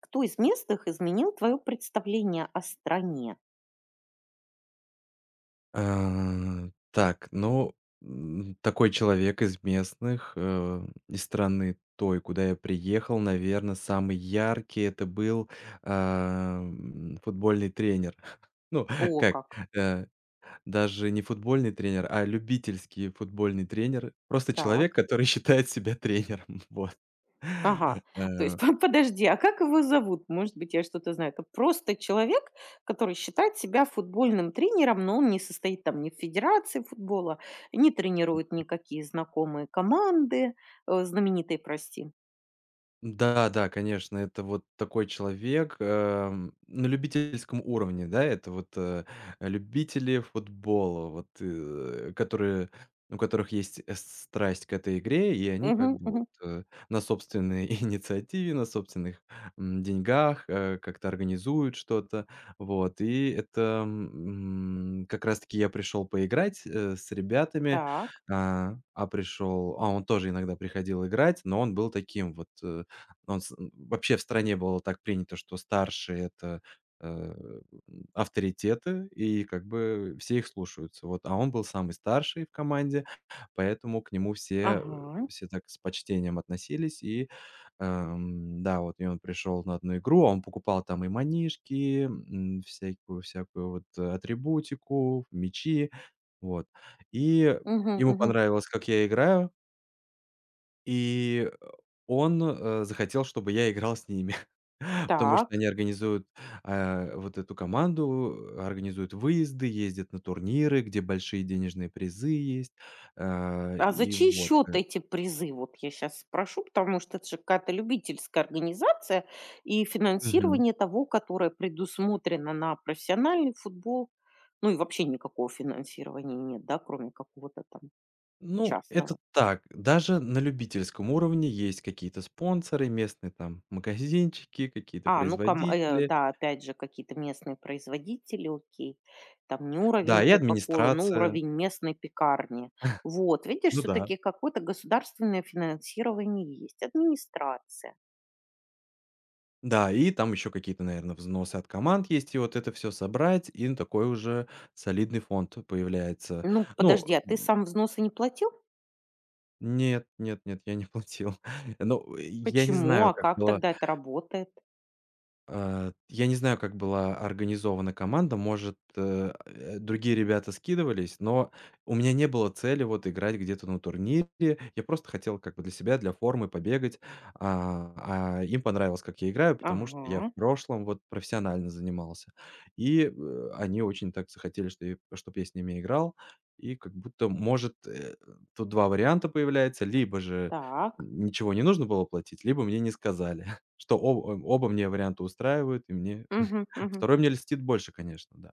Кто из местных изменил твое представление о стране? Так, ну, такой человек из местных, из страны той, куда я приехал, наверное, самый яркий — это был, футбольный тренер. Ну, О, как, как. э, даже не футбольный тренер, а любительский футбольный тренер. Просто человек, Так. который считает себя тренером. Вот. Ага, то есть подожди, а как его зовут? Может быть, я что-то знаю. Это просто человек, который считает себя футбольным тренером, но он не состоит там ни в федерации футбола, не тренирует никакие знакомые команды, знаменитые, прости. Да, да, конечно, это вот такой человек, на любительском уровне, да, это вот, любители футбола, вот, которые у которых есть, страсть к этой игре, и они как Угу, бы вот, угу. На собственной инициативе, на собственных, деньгах, как-то организуют что-то. Вот, и это, как раз таки я пришел поиграть, с ребятами, Так, а пришел а он тоже иногда приходил играть, но он был таким вот, э он с вообще в стране было так принято, что старшие — это, э, авторитеты, и как бы все их слушаются. Вот, а он был самый старший в команде, поэтому к нему все, ага, все так с почтением относились. И, да, вот, и он пришел на одну игру, а он покупал там и манишки, всякую вот атрибутику, мячи. Вот. И угу, ему угу. понравилось, как я играю. И, он, захотел, чтобы я играл с ними, потому что Так, они организуют, вот эту команду, организуют выезды, ездят на турниры, где большие денежные призы есть, э, а за и чей вот, счет э. эти призы? Вот я сейчас спрошу, потому что это же какая-то любительская организация и Мгм. финансирование того, которое предусмотрено на профессиональный футбол. Ну и вообще никакого финансирования нет, да, кроме какого-то там Ну, это частного. так, даже на любительском уровне есть какие-то спонсоры, местные там магазинчики, какие-то производители. Да, опять же, какие-то местные производители, окей. Там не Да, уровень и Кока-Колы, но администрация. уровень местной пекарни. Вот, видишь, Ну да. все-таки какое-то государственное финансирование есть, администрация. Да, и там еще какие-то, наверное, взносы от команд есть, и вот это все собрать, и такой уже солидный фонд появляется. Ну, Ну, подожди, а ты сам взносы не платил? нет, нет, нет, я не платил. Ну, я не Почему? А знаю, как как была тогда это работает? Я не знаю, как была организована команда, может, другие ребята скидывались, но у меня не было цели вот играть где-то на турнире. Я просто хотел как бы для себя, для формы побегать. А, а им понравилось, как я играю, потому что я в Ага, прошлом вот профессионально занимался. И, они очень так захотели, что я чтоб я с ними играл. И как будто, может, тут 2 варианта появляется: либо же так. ничего не нужно было платить, либо мне не сказали. Оба мне варианта устраивают, и мне Мгм, мгм. второй мне льстит больше, конечно, да.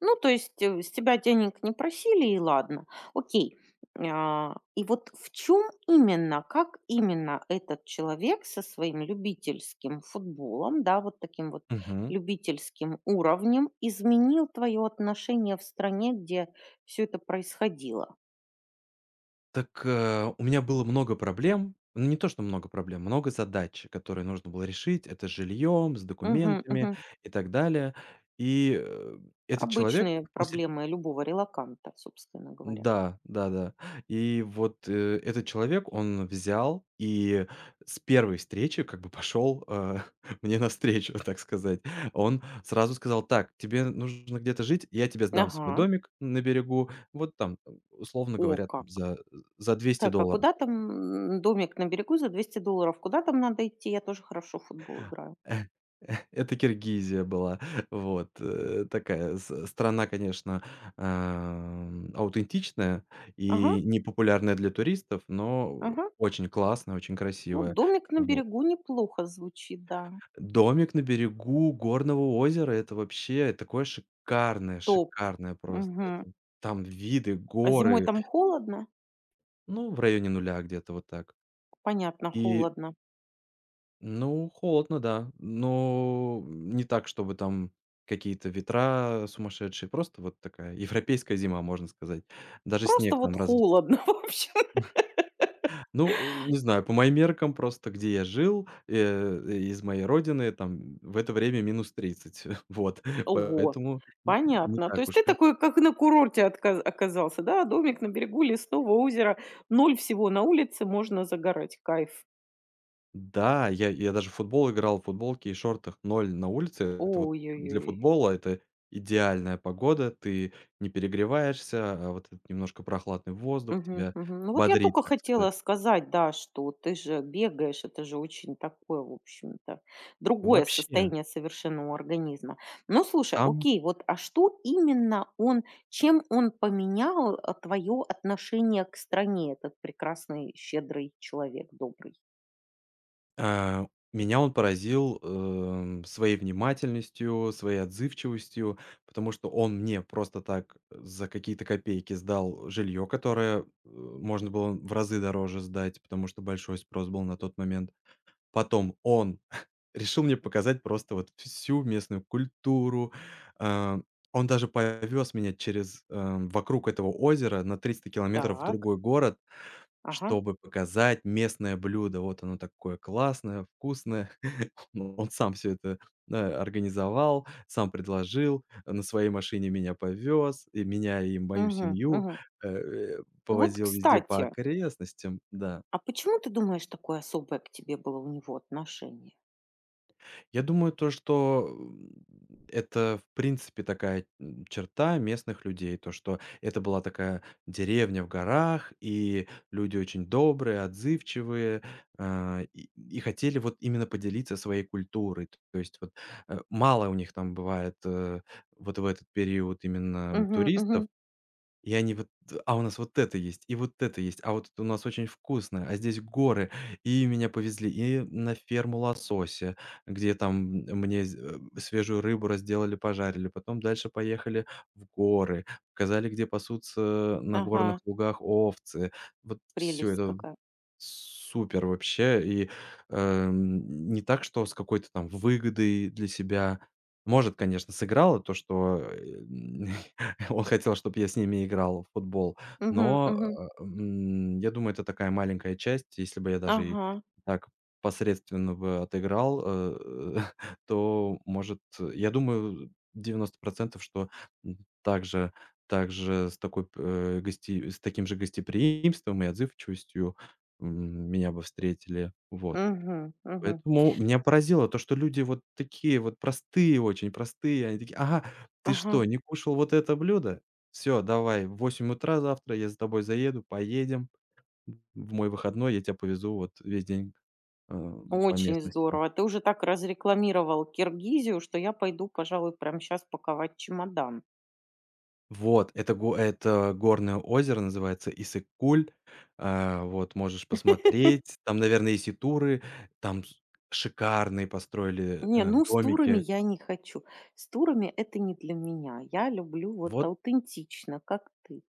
Ну, то есть с тебя денег не просили, и ладно. Окей. И вот в чем именно, как именно этот человек со своим любительским футболом, да, вот таким вот Мгм. любительским уровнем изменил твое отношение в стране, где все это происходило? Так, у меня было много проблем. Ну, не то, что много проблем, много задач, которые нужно было решить. Это с жильем, с Мгм, документами мгм. и так далее. И, этот человек Обычные после. проблемы любого релаканта, собственно говоря. Да, да-да. И вот, этот человек, он взял и с первой встречи как бы пошел, мне навстречу, так сказать. Он сразу сказал: "Так, тебе нужно где-то жить, я тебе сдам свой Ага. домик на берегу, вот там, условно О, говоря, как. там за 200 Так, а долларов". куда там домик на берегу за $200? Куда там надо идти? Я тоже хорошо в футбол играю. Э, Это Киргизия была. Вот, такая страна, конечно, аутентичная Ага, и непопулярная для туристов, но ага. очень классная, очень Ну, красивая. домик на Вот. берегу неплохо звучит, да. Домик на берегу горного озера — это вообще такое шикарное, Топ. шикарное просто. Мгм. Это там виды, А зимой горы, там холодно? ну, в районе нуля где-то вот так. Понятно, И холодно. Ну, холодно, да. Но не так, чтобы там какие-то ветра сумасшедшие. Просто вот такая европейская зима, можно сказать. Даже Просто снег вот там раз в. холодно вообще. Ну, не знаю, по моим меркам просто, где я жил, из моей родины, там в это время -30, Вот. Ого, Поэтому н не понятно. То так есть уж ты и. такой, как на курорте отка оказался, да? Домик на берегу лесного озера, ноль всего на улице, можно загорать. Кайф. Да, я даже в футбол играл, в футболке и шортах. Ноль на улице — это вот для Ой-ой-ой. футбола это идеальная погода. Ты не перегреваешься, а вот этот немножко прохладный воздух Мгм, тебя мгм. Ну, вот я бодрит, только так сказать. хотела сказать, да, что ты же бегаешь, это же очень такое, в общем-то, другое Вообще, состояние совершенно у организма. Ну, слушай, там, окей, вот, а что именно он чем он поменял, твое отношение к стране, этот прекрасный, щедрый человек, добрый? э, меня он поразил, своей внимательностью, своей отзывчивостью, потому что он мне просто так за какие-то копейки сдал жилье, которое, можно было в разы дороже сдать, потому что большой спрос был на тот момент. Потом он решил мне показать просто вот всю местную культуру. А, он даже повез меня через, вокруг этого озера на 300 километров в Так. другой город, Ага. чтобы показать местное блюдо. Вот оно такое классное, вкусное. Ну, он сам все это, да, организовал, сам предложил, на своей машине меня повез, и меня, и мою Мгм, семью, мгм. э, э, Вот, повозил везде по кстати, окрестностям, да. а почему ты думаешь, такое особое к тебе было у него отношение? Я думаю, то, что это, в принципе, такая черта местных людей, то, что это была такая деревня в горах, и люди очень добрые, отзывчивые, и хотели вот именно поделиться своей культурой. То есть вот мало у них там бывает вот в этот период именно Мгм, туристов, мгм. и они вот: "А у нас вот это есть, и вот это есть, а вот это у нас очень вкусно, а здесь горы". И меня повезли и на ферму лосося, где там, мне свежую рыбу разделали, пожарили. Потом дальше поехали в горы, показали, где пасутся на горных Ага, лугах овцы. Вот все прелесть это какая. супер вообще. И, не так, что с какой-то там выгодой для себя. Может, конечно, сыграло то, что, он хотел, чтобы я с ними играл в футбол, Мгм, но, мгм. Я думаю, это такая маленькая часть. Если бы я даже и Ага. так посредственно бы отыграл, то, может, я думаю, 90% что, м, также также с такой э, гости с таким же гостеприимством и отзывчивостью меня бы встретили. Вот. Мгм, мгм. Поэтому меня поразило то, что люди вот такие вот простые, очень простые. Они такие: "Ага, ты Ага. что, не кушал вот это блюдо? Все, давай в 8 утра завтра я за тобой заеду, поедем в мой выходной, я тебя повезу вот весь день, э, по Очень местности". здорово. А ты уже так разрекламировал Киргизию, что я пойду, пожалуй, прямо сейчас паковать чемодан. Вот, это го это горное озеро, называется Иссык. Вот, можешь посмотреть. Там, наверное, есть и туры. Там с шикарные построили, Не, ну, с турами домики. я не хочу. С турами - это не для меня. Я люблю вот Вот. аутентично, как ты.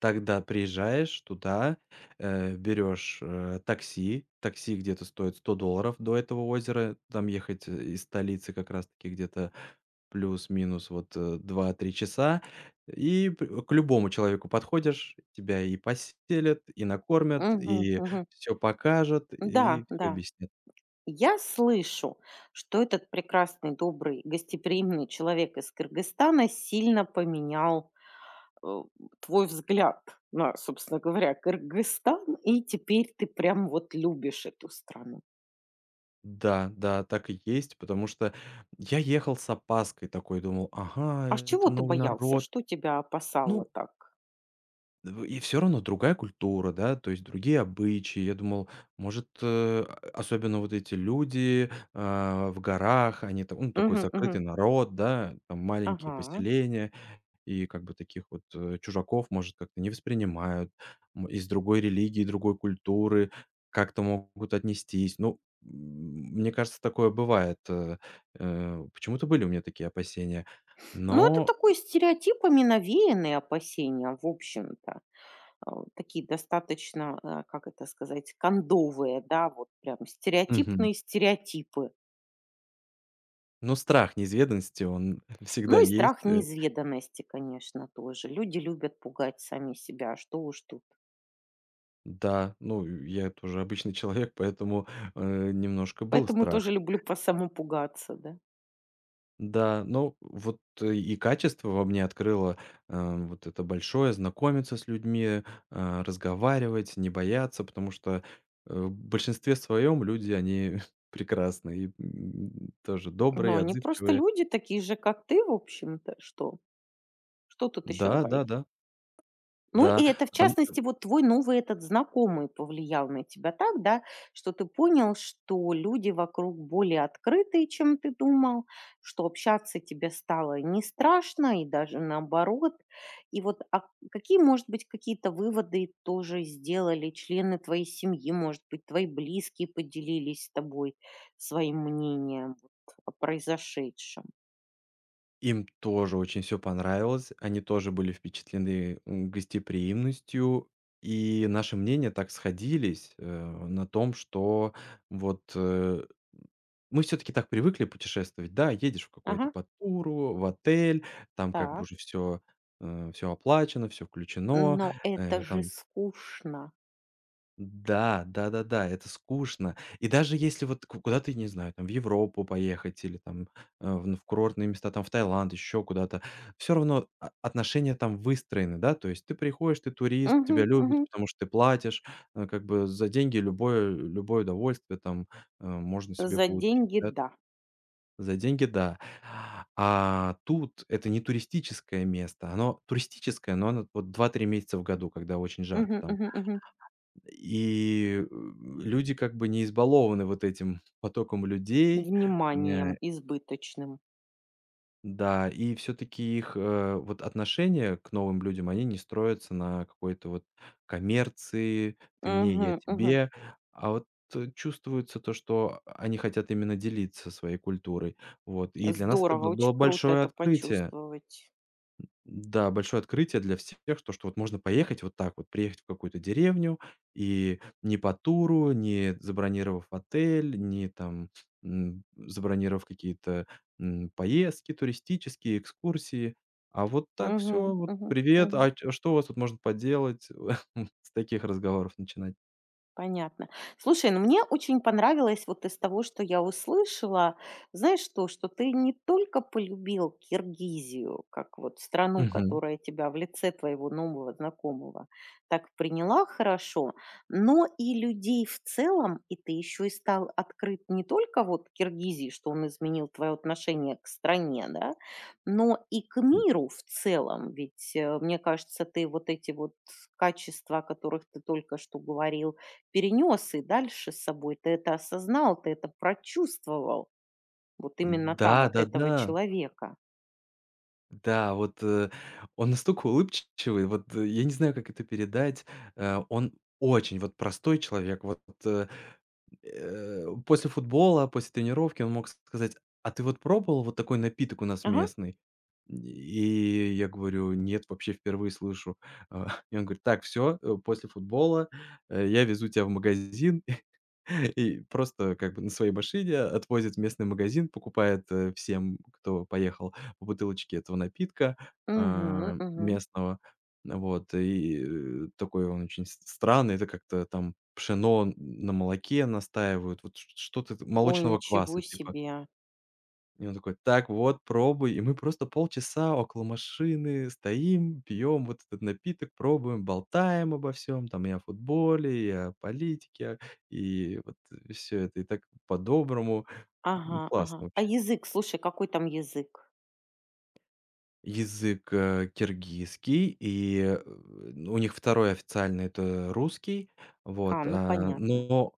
Тогда приезжаешь туда, берешь, такси. Такси где-то стоит $100 до этого озера. Там ехать, из столицы как раз таки где-то плюс-минус вот, 2-3 часа. И п к любому человеку подходишь, тебя и поселят, и накормят, Мгм, и мгм. все покажут, Да, и все да. объяснят. Я слышу, что этот прекрасный, добрый, гостеприимный человек из Кыргызстана сильно поменял, э, твой взгляд на, собственно говоря, Кыргызстан, и теперь ты прям вот любишь эту страну. Да, да, так и есть, потому что я ехал с опаской такой, думал: "Ага, А с чего это ты новый боялся? народ". Что тебя опасало Ну, так? В и все равно другая культура, да, то есть другие обычаи. Я думал, может, особенно вот эти люди, в горах, они там, ну, такой Мгм, закрытый мгм. народ, да, там маленькие Ага. поселения, и как бы таких вот, чужаков, может, как-то не воспринимают, из другой религии, другой культуры, как-то могут отнестись. Ну, мне кажется, такое бывает. Почему-то были у меня такие опасения, Ну, это но. такой стереотипами навеянные опасения, в общем-то. Такие достаточно, как это сказать, кондовые, да, вот прям стереотипные стереотипы. Но страх неизведанности, он всегда Ну и есть. страх неизведанности, конечно, тоже. Люди любят пугать сами себя, а что уж тут. Да, ну, я тоже обычный человек, поэтому, немножко был Поэтому тоже страх. люблю по саму пугаться, да. Да, но вот и качество во мне открыло, вот это большое: знакомиться с людьми, разговаривать, не бояться, потому что, в большинстве своем люди, они прекрасные, тоже Но добрые, они просто отзывчивые. люди такие же, как ты, в общем-то. Что? Что тут еще Да, добавить? да, да, Ну, и да, это, в потом. частности, вот твой новый этот знакомый повлиял на тебя так, да, что ты понял, что люди вокруг более открытые, чем ты думал, что общаться тебе стало не страшно и даже наоборот. И вот а какие, может быть, какие-то выводы тоже сделали члены твоей семьи, может быть, твои близкие поделились с тобой своим мнением вот о произошедшем? Им тоже очень все понравилось. Они тоже были впечатлены, гостеприимностью. И наши мнения так сходились, на том, что вот, мы все таки так привыкли путешествовать. Да, едешь в какую то Ага, по туру, в отель, там как бы так. уже все оплачено, все включено, Но это э, же там скучно. да, да-да-да, это скучно. И даже если вот ку куда-то, я не знаю, там в Европу поехать или там, э, в ну, в курортные места, там в Таиланд, еще куда-то, все равно о отношения там выстроены, да. То есть ты приходишь, ты турист, тебя Мгм, любят, мгм. потому что ты платишь, как бы за деньги любое удовольствие там, можно себе За получить, деньги, да. да. За деньги, да. А тут это не туристическое место. Оно туристическое, но оно вот два-три месяца в году, когда очень жарко Мгм, там. мгм, мгм. И, люди как бы не избалованы вот этим потоком людей. Вниманием Э, избыточным. да, и все таки их, вот отношения к новым людям, они не строятся на какой-то вот коммерции: "Ты мне, я Мгм, мгм. тебе". А вот, чувствуется то, что они хотят именно делиться своей культурой. Вот. И для нас это Здорово, очень было круто большое это открытие. почувствовать. Да, большое открытие для всех, то, что вот можно поехать вот так вот, приехать в какую-то деревню и не по туру, не забронировав отель, не там, забронировав какие-то, поездки туристические, экскурсии. А вот так Мгм, все вот: мгм, "Привет, мгм. а ч а что у вас тут можно поделать?" С таких разговоров начинать. Понятно. Слушай, ну мне очень понравилось вот из того, что я услышала, знаешь что, что ты не только полюбил Киргизию, как вот страну, Мгм. которая тебя в лице твоего нового знакомого так приняла хорошо, но и людей в целом, и ты еще и стал открыт не только вот Киргизии, что он изменил твое отношение к стране, да, но и к М, миру в целом. Ведь, мне кажется, ты вот эти вот качества, о которых ты только что говорил, перенес и дальше с собой. Ты это осознал, ты это прочувствовал. Вот именно там, от да-да-да. этого человека. Да, вот, он настолько улыбчивый, вот, я не знаю, как это передать. Он очень вот простой человек. Вот, э, после футбола, после тренировки он мог сказать: "А ты вот пробовал вот такой напиток у нас Ага. местный?" И я говорю: "Нет, вообще впервые слышу". И он говорит: "Так, все, после футбола, я везу тебя в магазин". И просто как бы на своей машине отвозит в местный магазин, покупает, всем, кто поехал, по бутылочке этого напитка, Угу, мгм. местного. Вот, и, такой он очень с странный. Это как-то там пшено на молоке настаивают, вот чт что-то Ой, молочного ничего кваса типа. себе. И он такой: "Так, вот, пробуй". И мы просто полчаса около машины стоим, пьем вот этот напиток, пробуем, болтаем обо всем, там и о футболе, и о политике, и вот все это. И так по-доброму. Ага, ага. Классно А вообще. язык, слушай, какой там язык? Язык, киргизский, и, у них второй официальный — это русский. А, Вот, ну понятно.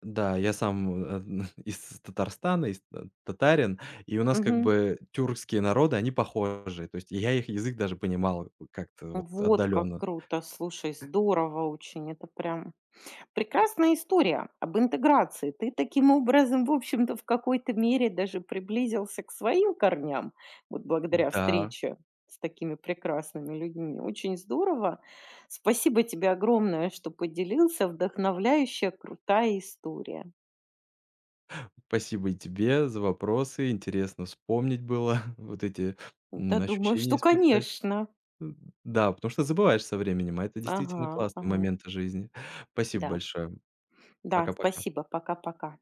да, я сам, из Татарстана, из та татарин, и у нас как Угу. бы тюркские народы, они похожи. То есть я их язык даже понимал как-то вот Вот как отдаленно. круто, слушай, здорово очень. Это прям прекрасная история об интеграции. Ты таким образом, в общем-то, в какой-то мере даже приблизился к своим корням, вот благодаря Да, встрече с такими прекрасными людьми. Очень здорово. Спасибо тебе огромное, что поделился. Вдохновляющая, крутая история. спасибо и тебе за вопросы. Интересно вспомнить было, вот эти, Да, думаю, ощущения что, испытать. конечно. М, да, потому что забываешь со временем, а это Ага, действительно классные ага. моменты жизни. Спасибо Да, большое. да, Пока-пока. спасибо. Пока-пока.